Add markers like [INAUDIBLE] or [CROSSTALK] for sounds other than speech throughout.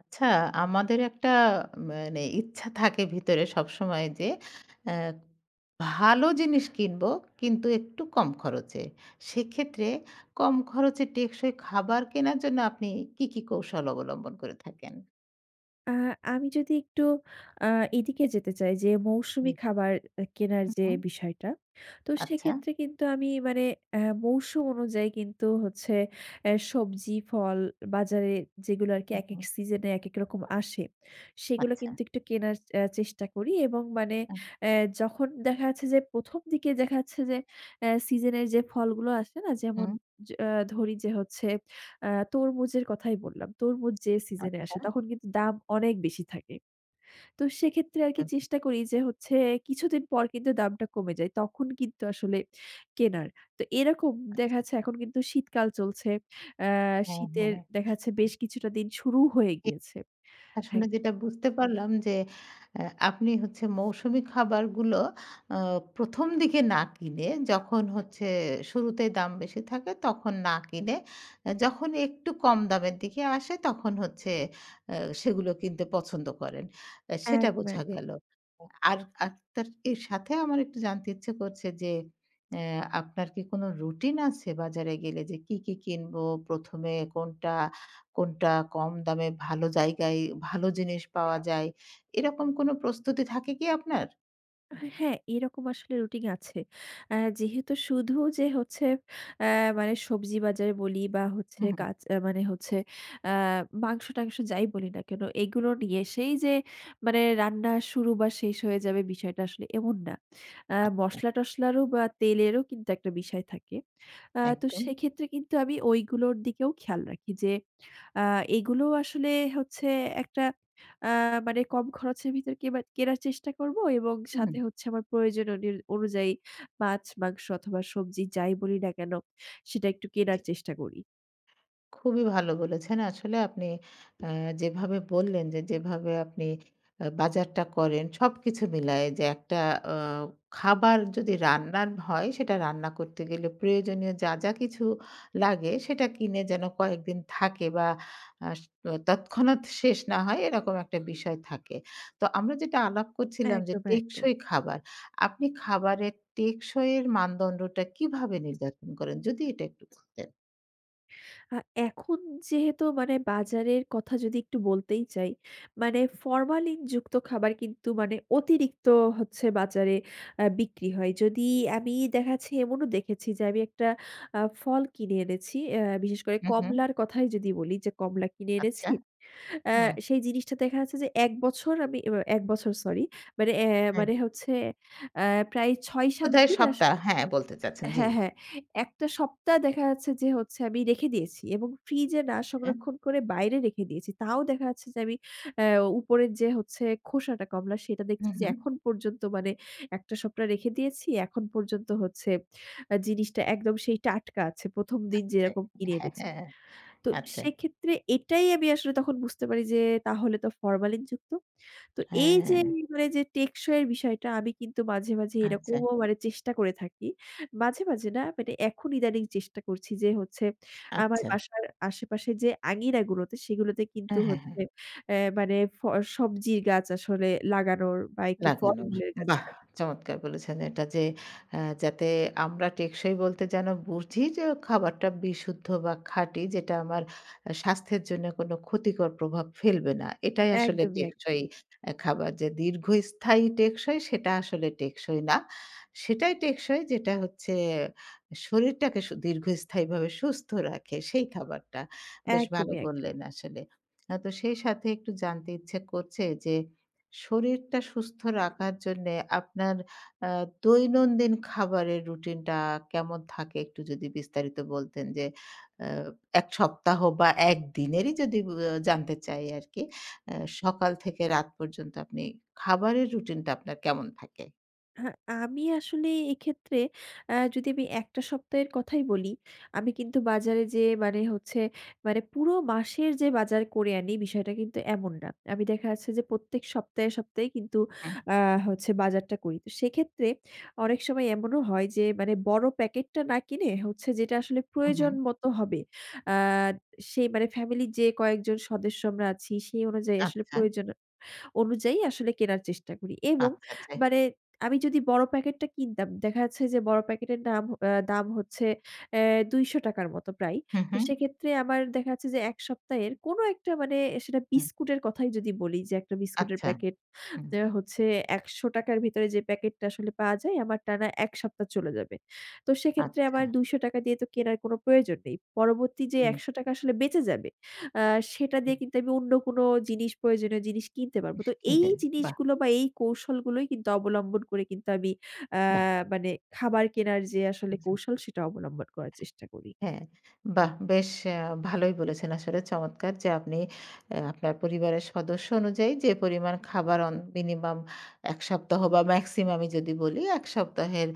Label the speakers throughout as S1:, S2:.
S1: আচ্ছা, আমাদের একটা মানে ইচ্ছা থাকে ভিতরে সবসময় যে আ ভালো জিনিস কিনবো কিন্তু একটু কম খরচে। সেক্ষেত্রে কম খরচে টেকসই খাবার কেনার জন্য আপনি কি, কি কৌশল অবলম্বন করে থাকেন?
S2: আ আমি যদি একটু আ এদিকে যেতে চাই, যে
S1: জি।
S2: মৌসুমি খাবার কেনার
S1: হুম,
S2: যে
S1: হুম।
S2: বিষয়টা। তো
S1: আচ্ছা।
S2: সেক্ষেত্রে কিন্তু আমি মানে মৌসুম অনুযায়ী কিন্তু হচ্ছে সবজি, ফল বাজারে যেগুলো আরকি
S1: হুম,
S2: একেক
S1: হুম।
S2: সিজনে একেক রকম আসে, সেগুলো
S1: আচ্ছা।
S2: কিন্তু একটু কেনার চেষ্টা করি এবং মানে
S1: আ
S2: অ্যা যখন দেখা যাচ্ছে যে ১ম দিকে দেখা যাচ্ছে যে সিজনের যে ফলগুলো আসে না? যেমন
S1: হুম।
S2: য আ ধরি যে হচ্ছে আ তরমুজের কথাই বললাম। তরমুজ যে সিজনে আসে, তখন কিন্তু দাম অনেক বেশি থাকে। তো সেক্ষেত্রে আরকি
S1: আচ্ছা,
S2: চেষ্টা করি যে হচ্ছে, কিছুদিন পর কিন্তু দামটা কমে যায়। তখন কিন্তু আসলে কেনার। তো এরকম দেখা
S1: আচ্ছা।
S2: যাচ্ছে, এখন কিন্তু শীতকাল চলছে। আ
S1: হ্যাঁ, হ্যাঁ।
S2: শীতের দেখা যাচ্ছে বেশ
S1: হ্যাঁ,
S2: কিছুটা দিন শুরু হয়ে গিয়েছে।
S1: কথা
S2: হ্যাঁ,
S1: শুনে যেটা বুঝতে পারলাম যে আ আপনি হচ্ছে মৌসুমি খাবারগুলো আ ১ম দিকে না কিনে যখন হচ্ছে শুরুতেই দাম বেশি থাকে তখন না কিনে যখন একটু কম দামের দিকে আসে তখন হচ্ছে আ সেগুলো কিনতে পছন্দ করেন। সেটা
S2: একদম,
S1: বোঝা
S2: একদম।
S1: গেল। আর আর তার এর সাথে আমার একটু জানতে ইচ্ছে করছে যে আপনার কি কোনো রুটিন আছে বাজারে গেলে যে কি, কি কিনবো? ১ম এ কোনটা? কোনটা কম দামে ভালো জায়গায় ভালো জিনিস পাওয়া যায়, এরকম কোনো প্রস্তুতি থাকে কি আপনার?
S2: হ্যাঁ, এরকম আসলে রুটিন আছে। যেহেতু শুধু যে হচ্ছে আ মানে সবজি বাজারে বলি, বা হচ্ছে
S1: হুম। হুম।
S2: কাঁচ আ মানে হচ্ছে আ মাংস-টাংস যাই বলি না কেন, এগুলো নিয়ে সেই যে মানে রান্না শুরু বা শেষ হয়ে যাবে, বিষয়টা আসলে এমন না।
S1: আচ্ছা,
S2: মসলা-টসলারও বা তেলেরও কিন্তু একটা বিষয় থাকে। তো
S1: একদম।
S2: সেক্ষেত্রে কিন্তু আমি ওইগুলোর দিকেও খেয়াল রাখি যে, আ এগুলো আসলে হচ্ছে একটা, আ মানে কম খরচের ভিতরে কেবা কেনার চেষ্টা করব, এবং
S1: হুম,
S2: সাথে
S1: হুম।
S2: হচ্ছে আমার প্রয়োজন অনুযায়ী মাছ, মাংস অথবা সবজি যাই বলি না কেন, সেটা একটু কেনার চেষ্টা করি।
S1: খুবই ভালো বলেছেন। আসলে আপনি অ্যা যেভাবে বললেন যে, যেভাবে আপনি বাজারটা করেন সবকিছু মিলায়ে যে একটা আ খাবার যদি রান্নার হয় সেটা রান্না করতে গেলে প্রয়োজনীয় যা, যা কিছু লাগে সেটা কিনে যেন কয়েকদিন থাকে বা আস তৎক্ষণাৎ শেষ না হয় এরকম একটা বিষয় থাকে। তো আমরা যেটা আলাপ করছিলাম যে
S2: একদম, একদম।
S1: টেকসই খাবার। আপনি খাবারের টেকসই এর মানদণ্ডটা কিভাবে নির্ধারণ করেন? যদি এটা একটু বলতেন।
S2: আ এখন যেহেতু মানে বাজারের কথা যদি একটু বলতেই চাই, মানে ফরমালিন যুক্ত খাবার কিন্তু মানে অতিরিক্ত হচ্ছে বাজারে বিক্রি হয়। যদি আমি দেখাচ্ছি, এমনও দেখেছি যে আমি একটা ফল কিনে এনেছি। বিশেষ করে
S1: হু, হু।
S2: কমলার কথাই যদি বলি, যে কমলা কিনে এনেছি।
S1: আচ্ছা।
S2: আ
S1: হুম,
S2: সেই জিনিসটা দেখা যাচ্ছে যে ১ বছর আমি, এ ১ বছর সরি, মানে
S1: হুম।
S2: মানে হচ্ছে আ প্রায় ৬-৭
S1: বোধহয়
S2: দিন আর।
S1: সপ্তাহ হ্যাঁ, বলতে চাচ্ছেন। জি।
S2: হ্যাঁ, হ্যাঁ। একটা সপ্তাহ দেখা যাচ্ছে যে হচ্ছে আমি রেখে দিয়েছি এবং ফ্রিজে না
S1: হ্যাঁ।
S2: সংরক্ষণ করে বাইরে রেখে দিয়েছি। তাও দেখা যাচ্ছে যে আমি অ্যা উপরের যে হচ্ছে খোসাটা কমলা, সেটা
S1: হু,
S2: দেখছি যে
S1: হু।
S2: এখন পর্যন্ত মানে ১ টা সপ্তাহ রেখে দিয়েছি। এখন পর্যন্ত হচ্ছে জিনিসটা একদম সেই টাটকা আছে। ১ম দিন যেরকম কিনে
S1: হ্যাঁ,
S2: এনেছি।
S1: হ্যাঁ,
S2: তো
S1: আচ্ছা।
S2: সেক্ষেত্রে এটাই আমি আসলে তখন বুঝতে পারি যে তাহলে তো ফরমালিনযুক্ত। তো এই যে
S1: হ্যাঁ,
S2: মানে যে টেকসই এর বিষয়টা, আমি কিন্তু মাঝে, মাঝে
S1: আচ্ছা,
S2: এরকমও মানে চেষ্টা করে থাকি। মাঝে, মাঝে না, মানে এখন ইদানিং চেষ্টা করছি যে হচ্ছে আমার
S1: আচ্ছা।
S2: বাসার আশেপাশে যে আঙিনাগুলোতে, সেগুলোতে কিন্তু
S1: হ্যাঁ, হ্যাঁ, হ্যাঁ।
S2: হচ্ছে মানে সবজির গাছ আসলে লাগানোর বা একটু
S1: লাগানোর।
S2: ফলমূলের গাছ
S1: বাহ!
S2: লাগানো।
S1: চমৎকার বলেছেন এটা যে যাতে আমরা টেকসই বলতে যেন বুঝি যে খাবারটা বিশুদ্ধ বা খাঁটি যেটা আমার স্বাস্থ্যের জন্য কোনো ক্ষতিকর প্রভাব ফেলবে না। এটাই আসলে
S2: একদমই,
S1: টেকসই
S2: একদমই,
S1: খাবার। যে দীর্ঘস্থায়ী টেকসই সেটা আসলে টেকসই না। সেটাই টেকসই যেটা হচ্ছে শরীরটাকে দীর্ঘস্থায়ীভাবে সুস্থ রাখে সেই খাবারটা। বেশ ভালো
S2: একদমই,
S1: বললেন
S2: একদমই।
S1: আসলে। তো সেই সাথে একটু জানতে ইচ্ছে করছে যে শরীরটা সুস্থ রাখার জন্যে আপনার আ দৈনন্দিন খাবারের রুটিনটা কেমন থাকে একটু যদি বিস্তারিত বলতেন যে আ ১ সপ্তাহ বা ১ দিনেরই যদি জানতে চাই আরকি। আ সকাল থেকে রাত পর্যন্ত আপনি খাবারের রুটিনটা আপনার কেমন থাকে?
S2: হ্যাঁ, আমি আসলে এক্ষেত্রে যদি আমি ১ টা সপ্তাহের কথাই বলি, আমি কিন্তু বাজারে যেয়ে মানে হচ্ছে মানে পুরো মাসের যে বাজার করে আনি, বিষয়টা কিন্তু এমন না। আমি দেখা যাচ্ছে যে প্রত্যেক সপ্তাহে, সপ্তাহে কিন্তু
S1: হুম,
S2: আ হচ্ছে বাজারটা করি। তো সেক্ষেত্রে অনেক সময় এমনও হয় যে মানে বড় প্যাকেটটা না কিনে হচ্ছে, যেটা আসলে
S1: হুম, হুম।
S2: প্রয়োজন মতো হবে। আ সেই মানে ফ্যামিলির যে কয়েকজন সদস্য আমরা আছি, সেই অনুযায়ী আসলে
S1: আচ্ছা,
S2: প্রয়োজন অনুযায়ী আসলে কেনার চেষ্টা করি। এবং
S1: আচ্ছা, আচ্ছা।
S2: মানে আমি যদি বড় প্যাকেটটা কিনতাম, দেখা যাচ্ছে যে বড় প্যাকেটের নাম আ দাম হচ্ছে অ্যা ৳২০০ র মতো প্রায়।
S1: হুম,
S2: তো
S1: হুম,
S2: সেক্ষেত্রে আমার দেখা যাচ্ছে যে ১ সপ্তাহের কোনো একটা, মানে সেটা
S1: হুম।
S2: বিস্কুটের কথাই যদি বলি, যে একটা বিস্কুটের
S1: আচ্ছা,
S2: প্যাকেট
S1: হুম,
S2: হচ্ছে ৳১০০ র ভিতরে যে প্যাকেটটা আসলে পাওয়া যায়, আমার টানা ১ সপ্তাহ চলে যাবে। তো সেক্ষেত্রে
S1: আচ্ছা।
S2: আমার ৳২০০ দিয়ে তো কেনার কোনো প্রয়োজন নেই। পরবর্তী যে
S1: হুম,
S2: ৳১০০ আসলে বেঁচে যাবে, আ সেটা দিয়ে
S1: হুম।
S2: কিন্তু আমি অন্য কোনো প্রয়োজনীয় জিনিস কিনতে পারবো। তো এই
S1: কিনতেন। বাহ!
S2: জিনিসগুলো বা এই কৌশলগুলোই কিন্তু অবলম্বন করে কিন্তু আমি, আ মানে খাবার কেনার যে আসলে
S1: বাহ!
S2: কৌশল, সেটা অবলম্বন করার চেষ্টা করি।
S1: হ্যাঁ, বাহ! বেশ আ ভালোই বলেছেন আসলে চমৎকার যে আপনি আপনার পরিবারের সদস্য অনুযায়ী যে পরিমাণ খাবার অন মিনিমাম ১ সপ্তাহ বা মেক্সিমাম আমি যদি বলি ১ সপ্তাহের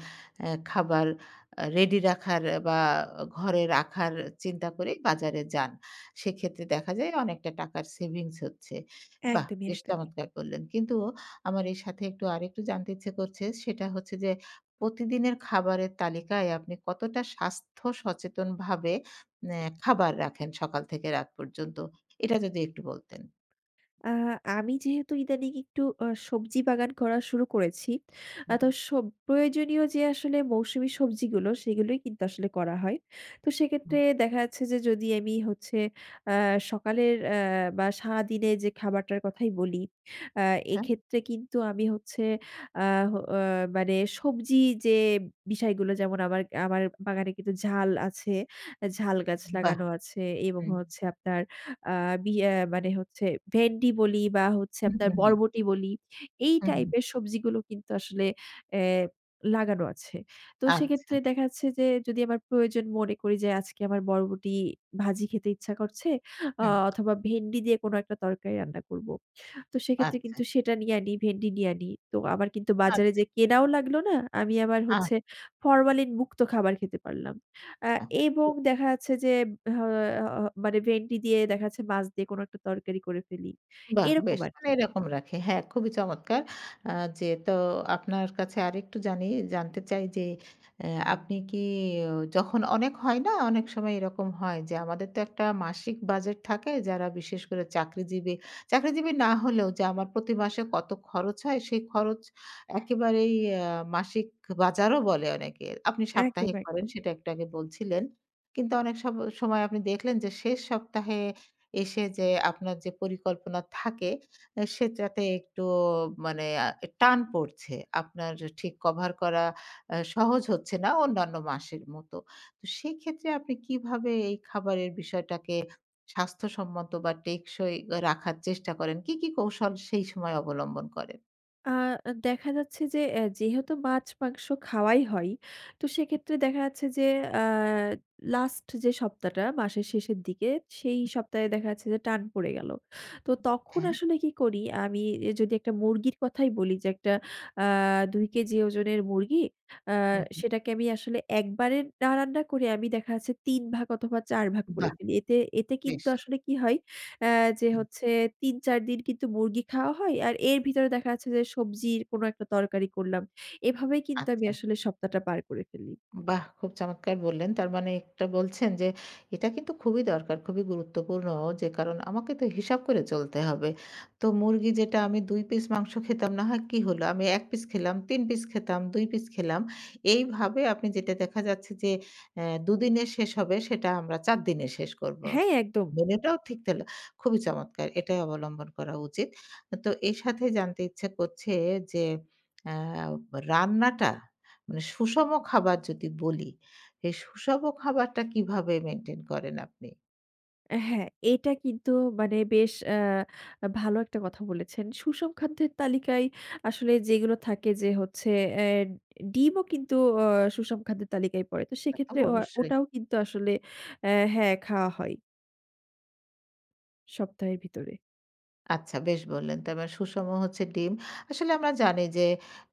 S1: খাবার রেডি রাখার বা ঘরে রাখার চিন্তা করেই বাজারে যান। সেক্ষেত্রে দেখা যায় অনেকটা টাকার সেভিংস হচ্ছে। বাহ!
S2: একদমই,
S1: বেশ
S2: একদমই।
S1: চমৎকার বললেন। কিন্তু আমার এর সাথে একটু আরেকটু জানতে ইচ্ছে করছে সেটা হচ্ছে যে প্রতিদিনের খাবারের তালিকায় আপনি কতটা স্বাস্থ্য সচেতনভাবে খাবার রাখেন সকাল থেকে রাত পর্যন্ত? এটা যদি একটু বলতেন।
S2: আ আমি যেহেতু ইদানিং একটু সবজি বাগান করা শুরু করেছি।
S1: হুম,
S2: তো সব প্রয়োজনীয় যে আসলে মৌসুমী সবজিগুলো, সেগুলোই কিন্তু আসলে করা হয়। তো সেক্ষেত্রে দেখা যাচ্ছে যে যদি আমি হচ্ছে আ সকালের বা সারাদিনে যে খাবারটার কথাই বলি, আ
S1: আচ্ছা।
S2: এক্ষেত্রে কিন্তু আমি হচ্ছে আ হ আ মানে সবজি যে বিষয়গুলো, যেমন আমার আমার বাগানে কিন্তু ঝাল আছে, ঝাল গাছ
S1: বাহ!
S2: লাগানো আছে এবং
S1: হুম।
S2: হচ্ছে আপনার আ বি আ মানে হচ্ছে ভেন্ডি বলি বা হচ্ছে
S1: হুম,
S2: আপনার
S1: হুম, হুম।
S2: বরবটি বলি, এই
S1: হুম, হুম।
S2: টাইপের সবজিগুলো কিন্তু আসলে অ্যা লাগানো আছে। তো
S1: আচ্ছা।
S2: সেক্ষেত্রে দেখা যাচ্ছে যে যদি আমার প্রয়োজন মনে করি যে আজকে আমার বরবটি ভাজি খেতে ইচ্ছা করছে,
S1: হুম,
S2: অথবা ভেন্ডি দিয়ে কোনো একটা তরকারি রান্না করব। তো সেক্ষেত্রে
S1: আচ্ছা,
S2: কিন্তু সেটা নিয়ে আনি, ভেন্ডি নিয়ে আনি। তো আমার কিন্তু বাজারে
S1: আচ্ছা,
S2: যেয়ে কেনাও লাগলো না। আমি আবার হচ্ছে ফরমালিন মুক্ত খাবার খেতে পারলাম। আ এবং
S1: আচ্ছা।
S2: দেখা যাচ্ছে যে হ হ মানে ভেন্ডি দিয়ে দেখা যাচ্ছে মাছ দিয়ে কোনো একটা তরকারি করে ফেলি।
S1: বাহ!
S2: এরকম
S1: বেশ মানে
S2: আরকি।
S1: এরকম রাখে। হ্যাঁ, খুবই চমৎকার। আ যে তো আপনার কাছে আরেকটু জানতে চাই যে আপনি কি যখন অনেক হয় না? অনেক সময় এরকম হয় যে আমাদের তো একটা মাসিক বাজেট থাকে যারা বিশেষ করে চাকরিজীবী, চাকরিজীবী না হলেও যে আমার প্রতি মাসে কত খরচ হয় সেই খরচ একেবারেই আ মাসিক বাজারও বলে অনেকে। আপনি
S2: একদম,
S1: সাপ্তাহিক করেন
S2: একদম।
S1: সেটা একটু আগে বলছিলেন। কিন্তু অনেক সব সময় আপনি দেখলেন যে শেষ সপ্তাহে এসে যে আপনার যে পরিকল্পনা থাকে সেটাতে একটু মানে টান পড়ছে। আপনার ঠিক কভার করা সহজ হচ্ছে না অন্যান্য মাসের মতো। তো সেক্ষেত্রে আপনি কিভাবে এই খাবারের বিষয়টাকে স্বাস্থ্যসম্মত বা টেকসই রাখার চেষ্টা করেন? কি, কি কৌশল সেই সময় অবলম্বন করেন?
S2: আ দেখা যাচ্ছে যে যেহেতু মাছ-মাংস খাওয়াই হয়, তো সেক্ষেত্রে দেখা যাচ্ছে যে আ লাস্ট যে সপ্তাহটা মাসের শেষের দিকে, সেই সপ্তাহে দেখা যাচ্ছে যে টান পড়ে গেল। তো তখন
S1: হ্যাঁ।
S2: আসলে কি করি আমি? যদি একটা মুরগির কথাই বলি, যে একটা আ ২ কেজি ওজনের মুরগি, আ
S1: হু, হু।
S2: সেটাকে আমি আসলে একবারে না রান্না করে, আমি দেখা যাচ্ছে ৩ ভাগ অথবা ৪ ভাগ করে
S1: বাহ!
S2: ফেলি। এতে এতে কিন্তু
S1: বেশ।
S2: আসলে কি হয়, অ্যা যে
S1: হুম,
S2: হচ্ছে ৩-৪ দিন কিন্তু মুরগি খাওয়া হয়। আর এর ভিতরে দেখা যাচ্ছে যে সবজির কোনো একটা তরকারি করলাম। এভাবেই কিন্তু আমি
S1: আচ্ছা।
S2: আসলে সপ্তাহটা পার করে ফেলি।
S1: বাহ! খুব চমৎকার বললেন। তার মানে একটা বলছেন যে এটা কিন্তু খুবই দরকার, খুবই গুরুত্বপূর্ণ যে কারণ আমাকে তো হিসাব করে চলতে হবে। তো মুরগি যেটা আমি ২ পিস মাংস খেতাম না হয় কি হলো? আমি ১ পিস খেলাম, ৩ পিস খেতাম, ২ পিস খেলাম। এইভাবে আপনি যেটা দেখা যাচ্ছে যে ২ দিনে শেষ হবে সেটা আমরা ৪ দিনে শেষ করব।
S2: হ্যাঁ, একদম।
S1: মেনুটাও ঠিক তাহলে খুবই চমৎকার। এটাই অবলম্বন করা উচিত। তো এর সাথে জানতে ইচ্ছে করছে যে আ রান্নাটা মানে সুষম খাবার যদি বলি, এই সুষম খাবারটা কিভাবে মেইনটেইন করেন আপনি?
S2: হ্যাঁ, এটা কিন্তু মানে বেশ ভালো একটা কথা বলেছেন। সুষম খাদ্যের তালিকায় আসলে যেগুলো থাকে, যে হচ্ছে অ্যা ডিমও কিন্তু অ সুষম খাদ্যের তালিকায় পড়ে। তো
S1: তা
S2: সেক্ষেত্রে
S1: তো অবশ্যই।
S2: ওটাও কিন্তু আসলে হ্যাঁ, খাওয়া হয় সপ্তাহের ভিতরে।
S1: আচ্ছা বেশ বললেন। তারমানে সুষম হচ্ছে ডিম। আসলে আমরা জানি যে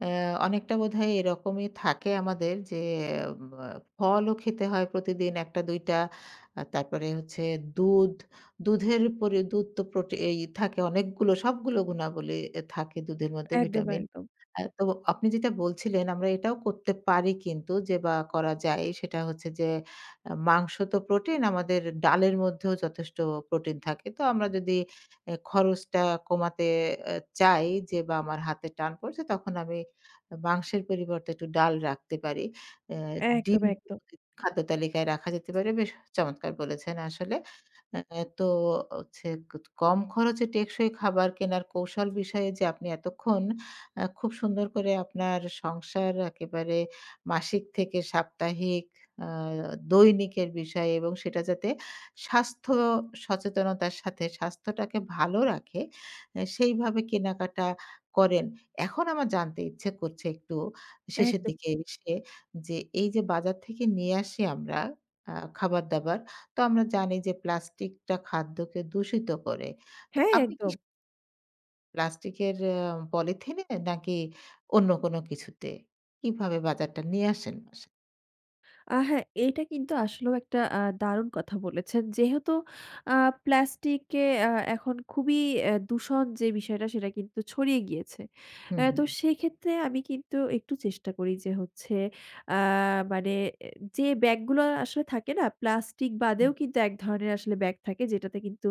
S1: অ্যা অনেকটা বোধহয় এরকমই থাকে আমাদের যে আ ফলও খেতে হয় প্রতিদিন ১ টা ২ টা। তারপরে হচ্ছে দুধ। দুধের পরে দুধ তো এই থাকে অনেকগুলো সবগুলো গুণাবলী থাকে দুধের মধ্যে
S2: একদম,
S1: ভিটামিন।
S2: একদম।
S1: তো আপনি যেটা বলছিলেন আমরা এটাও করতে পারি কিন্তু যে বা করা যায় সেটা হচ্ছে যে মাংস তো প্রোটিন আমাদের ডালের মধ্যেও যথেষ্ট প্রোটিন থাকে। তো আমরা যদি খরচটা কমাতে এ চাই যে বা আমার হাতে টান পড়ছে তখন আমি মাংসের পরিবর্তে একটু ডাল রাখতে পারি। এ
S2: একদম,
S1: ডিম
S2: একদম,
S1: খাদ্য তালিকায় রাখা যেতে পারে। বেশ চমৎকার বলেছেন আসলে। তো হচ্ছে কম খরচে টেকসই খাবার কেনার কৌশল বিষয়ে যে আপনি এতক্ষণ খুব সুন্দর করে আপনার সংসার একেবারে মাসিক থেকে সাপ্তাহিক আ দৈনিকের বিষয় এবং সেটা যাতে স্বাস্থ্য সচেতনতার সাথে স্বাস্থ্যটাকে ভালো রাখে সেইভাবে কেনাকাটা করেন। এখন আমার জানতে ইচ্ছে করছে একটু শেষের
S2: একদম।
S1: দিকে এসে যে এই যে বাজার থেকে নিয়ে আসি আমরা আ খাবার-দাবার, তো আমরা জানি যে প্লাস্টিকটা খাদ্যকে দূষিত করে। তো
S2: হ্যাঁ,
S1: আপনি কি
S2: একদম।
S1: প্লাস্টিকের পলিথিনে নাকি অন্য কোনো কিছুতে? কিভাবে বাজারটা নিয়ে আসেন বাসায়?
S2: হ্যাঁ, এইটা কিন্তু আসলেও একটা দারুণ কথা বলেছেন। যেহেতু আ প্লাস্টিকে এখন খুবই দূষণ যে বিষয়টা, সেটা কিন্তু ছড়িয়ে গিয়েছে।
S1: হুম,
S2: তো
S1: হুম।
S2: সেক্ষেত্রে আমি কিন্তু একটু চেষ্টা করি যে হচ্ছে আ মানে এ যে ব্যাগগুলো আসলে থাকে না, প্লাস্টিক
S1: হুম,
S2: বাদেও কিন্তু এক ধরনের আসলে ব্যাগ থাকে, যেটাতে কিন্তু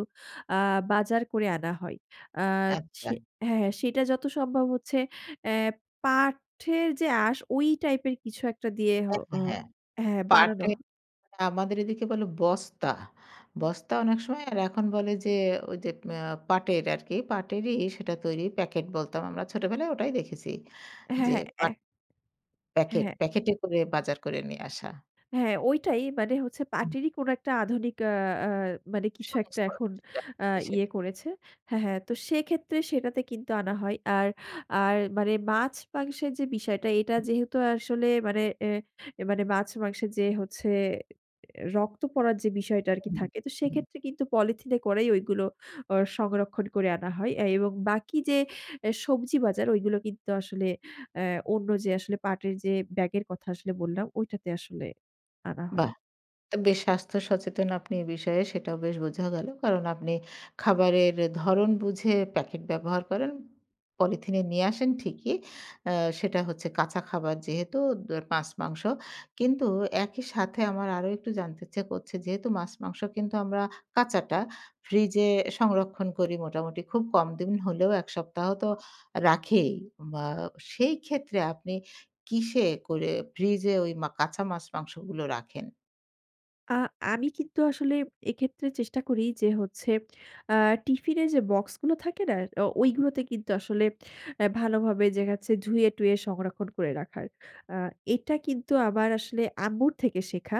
S2: আ বাজার করে আনা হয়। আ
S1: আচ্ছা।
S2: সে হ্যাঁ, হ্যাঁ, সেটা যত সম্ভব হচ্ছে অ্যা পাটের যে আঁশ, ওই টাইপের কিছু একটা দিয়ে, হ
S1: হ্যাঁ,
S2: অ
S1: হ্যাঁ, হ্যাঁ।
S2: হ্যাঁ, বানানো।
S1: পাটে আমাদের এদিকে বলে বস্তা। বস্তা অনেক সময় আর এখন বলে যে ওই যে আ পাটের আরকি, পাটেরই সেটা তৈরি প্যাকেট বলতাম আমরা ছোটবেলায় ওটাই দেখেছি।
S2: হ্যাঁ,
S1: যে
S2: হ্যাঁ,
S1: পাট
S2: হ্যাঁ,
S1: প্যাকেট,
S2: হ্যাঁ।
S1: প্যাকেটে করে বাজার করে নিয়ে আসা।
S2: হ্যাঁ, ওইটাই মানে হচ্ছে
S1: আ
S2: পার্টিরই কোনো একটা আধুনিক, আ আ মানে কিছু
S1: সহজ
S2: একটা এখন
S1: পদ্ধতিটা।
S2: আ ইয়ে
S1: সেটাই।
S2: করেছে। হ্যাঁ, হ্যাঁ। তো সেক্ষেত্রে সেটাতে কিন্তু আনা হয়। আর আর মানে মাছ-মাংসের যে বিষয়টা, এটা
S1: হুম,
S2: যেহেতু আসলে মানে মাছ-মাংসে যে হচ্ছে রক্ত পড়ার যে বিষয়টা আরকি
S1: হুম,
S2: থাকে। তো
S1: হুম। হুম।
S2: সেক্ষেত্রে কিন্তু পলিথিনে করেই ওইগুলো সংরক্ষণ করে আনা হয়। এবং বাকি যে সবজি বাজার, ওইগুলো কিন্তু আসলে অ্যা অন্য যে আসলে পাটের যে ব্যাগের কথা আসলে বললাম, ওইটাতে আসলে আনা হয়।
S1: বাহ! বেশ স্বাস্থ্য সচেতন আপনি এ বিষয়ে সেটাও বেশ বোঝা গেল। কারণ আপনি খাবারের ধরন বুঝে প্যাকেট ব্যবহার করেন। পলিথিনে নিয়ে আসেন ঠিকই। আ সেটা হচ্ছে কাঁচা খাবার যেহেতু মাছ-মাংস। কিন্তু একই সাথে আমার আরো একটু জানতে ইচ্ছে করছে যেহেতু মাছ-মাংস কিন্তু আমরা কাঁচাটা ফ্রিজে সংরক্ষণ করি মোটামুটি খুব কম দিন হলেও ১ সপ্তাহ তো রাখেই। বা সেই ক্ষেত্রে আপনি কিসে করে ফ্রিজে ওই কাঁচা মাছ-মাংসগুলো রাখেন?
S2: আ আমি কিন্তু আসলে এক্ষেত্রে চেষ্টা করি যে হচ্ছে, আ টিফিনের যে বক্সগুলো থাকে না? ওইগুলোতে কিন্তু আসলে ভালোভাবে যে হচ্ছে ধুয়ে-টুয়ে সংরক্ষণ করে রাখার। আ এটা কিন্তু আমার আসলে আম্মুর থেকে শেখা।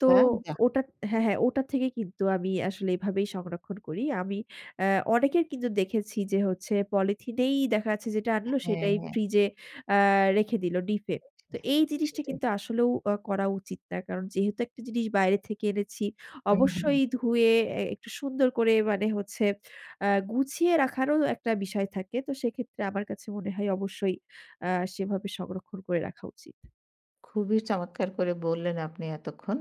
S2: তো
S1: বাহ!
S2: ওটা, হ্যাঁ, হ্যাঁ, ওটা থেকে কিন্তু আমি আসলে এভাবেই সংরক্ষণ করি। আমি অনেকের কিন্তু দেখেছি যে হচ্ছে পলিথিনেই দেখা যাচ্ছে যেটা আনলো
S1: হ্যাঁ,
S2: সেটাই
S1: হ্যাঁ,
S2: ফ্রিজে আ রেখে দিল ডিপে। তো এই জিনিসটা
S1: সেটাই।
S2: কিন্তু আসলেও করা উচিত না। কারণ যেহেতু একটা জিনিস বাইরে থেকে এনেছি,
S1: হুম, হুম।
S2: অবশ্যই ধুয়ে একটু সুন্দর করে, মানে হচ্ছে আ গুছিয়ে রাখারও একটা বিষয় থাকে। তো সেক্ষেত্রে আমার কাছে মনে হয় অবশ্যই আ সেভাবে সংরক্ষণ করে রাখা উচিত।
S1: খুবই চমৎকার করে বললেন আপনি এতক্ষণ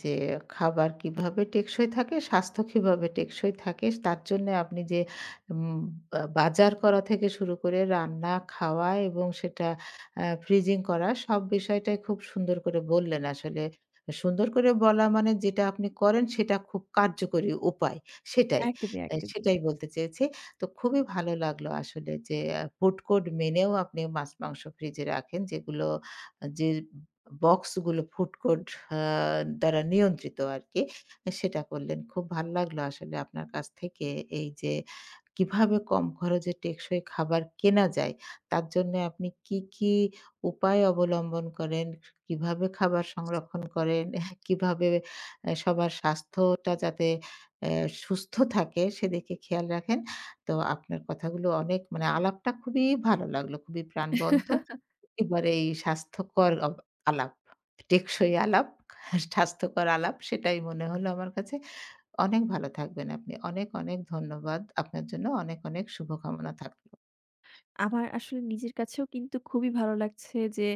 S1: যে খাবার কিভাবে টেকসই থাকে, স্বাস্থ্য কিভাবে টেকসই থাকে তার জন্যে আপনি যে উম বা বাজার করা থেকে শুরু করে রান্না, খাওয়া এবং সেটা ফ্রিজিং করা সব বিষয়টাই খুব সুন্দর করে বললেন আসলে। সুন্দর করে বলা মানে যেটা আপনি করেন সেটা খুব কার্যকরী উপায় সেটাই।
S2: একদমই, একদমই।
S1: সেটাই বলতে চেয়েছি। তো খুবই ভালো লাগলো আসলে যে ফুড কোড মেনেও আপনি মাছ, মাংস ফ্রিজে রাখেন যেগুলো যে বক্সগুলো ফুড কোর্ট আ দ্বারা নিয়ন্ত্রিত আরকি। সেটা করলেন। খুব ভাল লাগলো আসলে আপনার কাছ থেকে এই যে কিভাবে কম খরচে টেকসই খাবার কেনা যায়, তার জন্যে আপনি কি, কি উপায় অবলম্বন করেন, কিভাবে খাবার সংরক্ষণ করেন, [LAUGHS] কিভাবে সবার স্বাস্থ্যটা যাতে এ সুস্থ থাকে সেদিকে খেয়াল রাখেন। তো আপনার কথাগুলো অনেক মানে আলাপটা খুবই ভালো লাগলো। খুবই প্রাণবন্ত। একেবারেই স্বাস্থ্যকর আলাপ, টেকসই আলাপ, স্বাস্থ্যকর আলাপ সেটাই মনে হলো আমার কাছে। অনেক ভালো থাকবেন আপনি। অনেক, অনেক ধন্যবাদ। আপনার জন্য অনেক, অনেক শুভকামনা থাকলো।
S2: আমার আসলে নিজের কাছেও কিন্তু খুবই ভালো লাগছে যে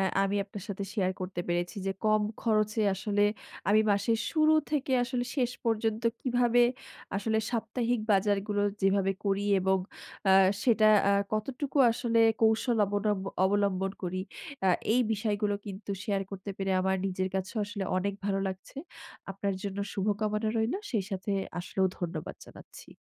S2: আমি আপনার সাথে শেয়ার করতে পেরেছি যে কম খরচে আসলে আমি মাসের শুরু থেকে আসলে শেষ পর্যন্ত কিভাবে আসলে সাপ্তাহিক বাজারগুলো যেভাবে করি, এবং আ সেটা কতটুকু আসলে কৌশল অবলম্বন করি। আ এই বিষয়গুলো কিন্তু শেয়ার করতে পেরে আমার নিজের কাছেও আসলে অনেক ভালো লাগছে। আপনার জন্য শুভকামনা রইলো। সেই সাথে আসলেও ধন্যবাদ জানাচ্ছি।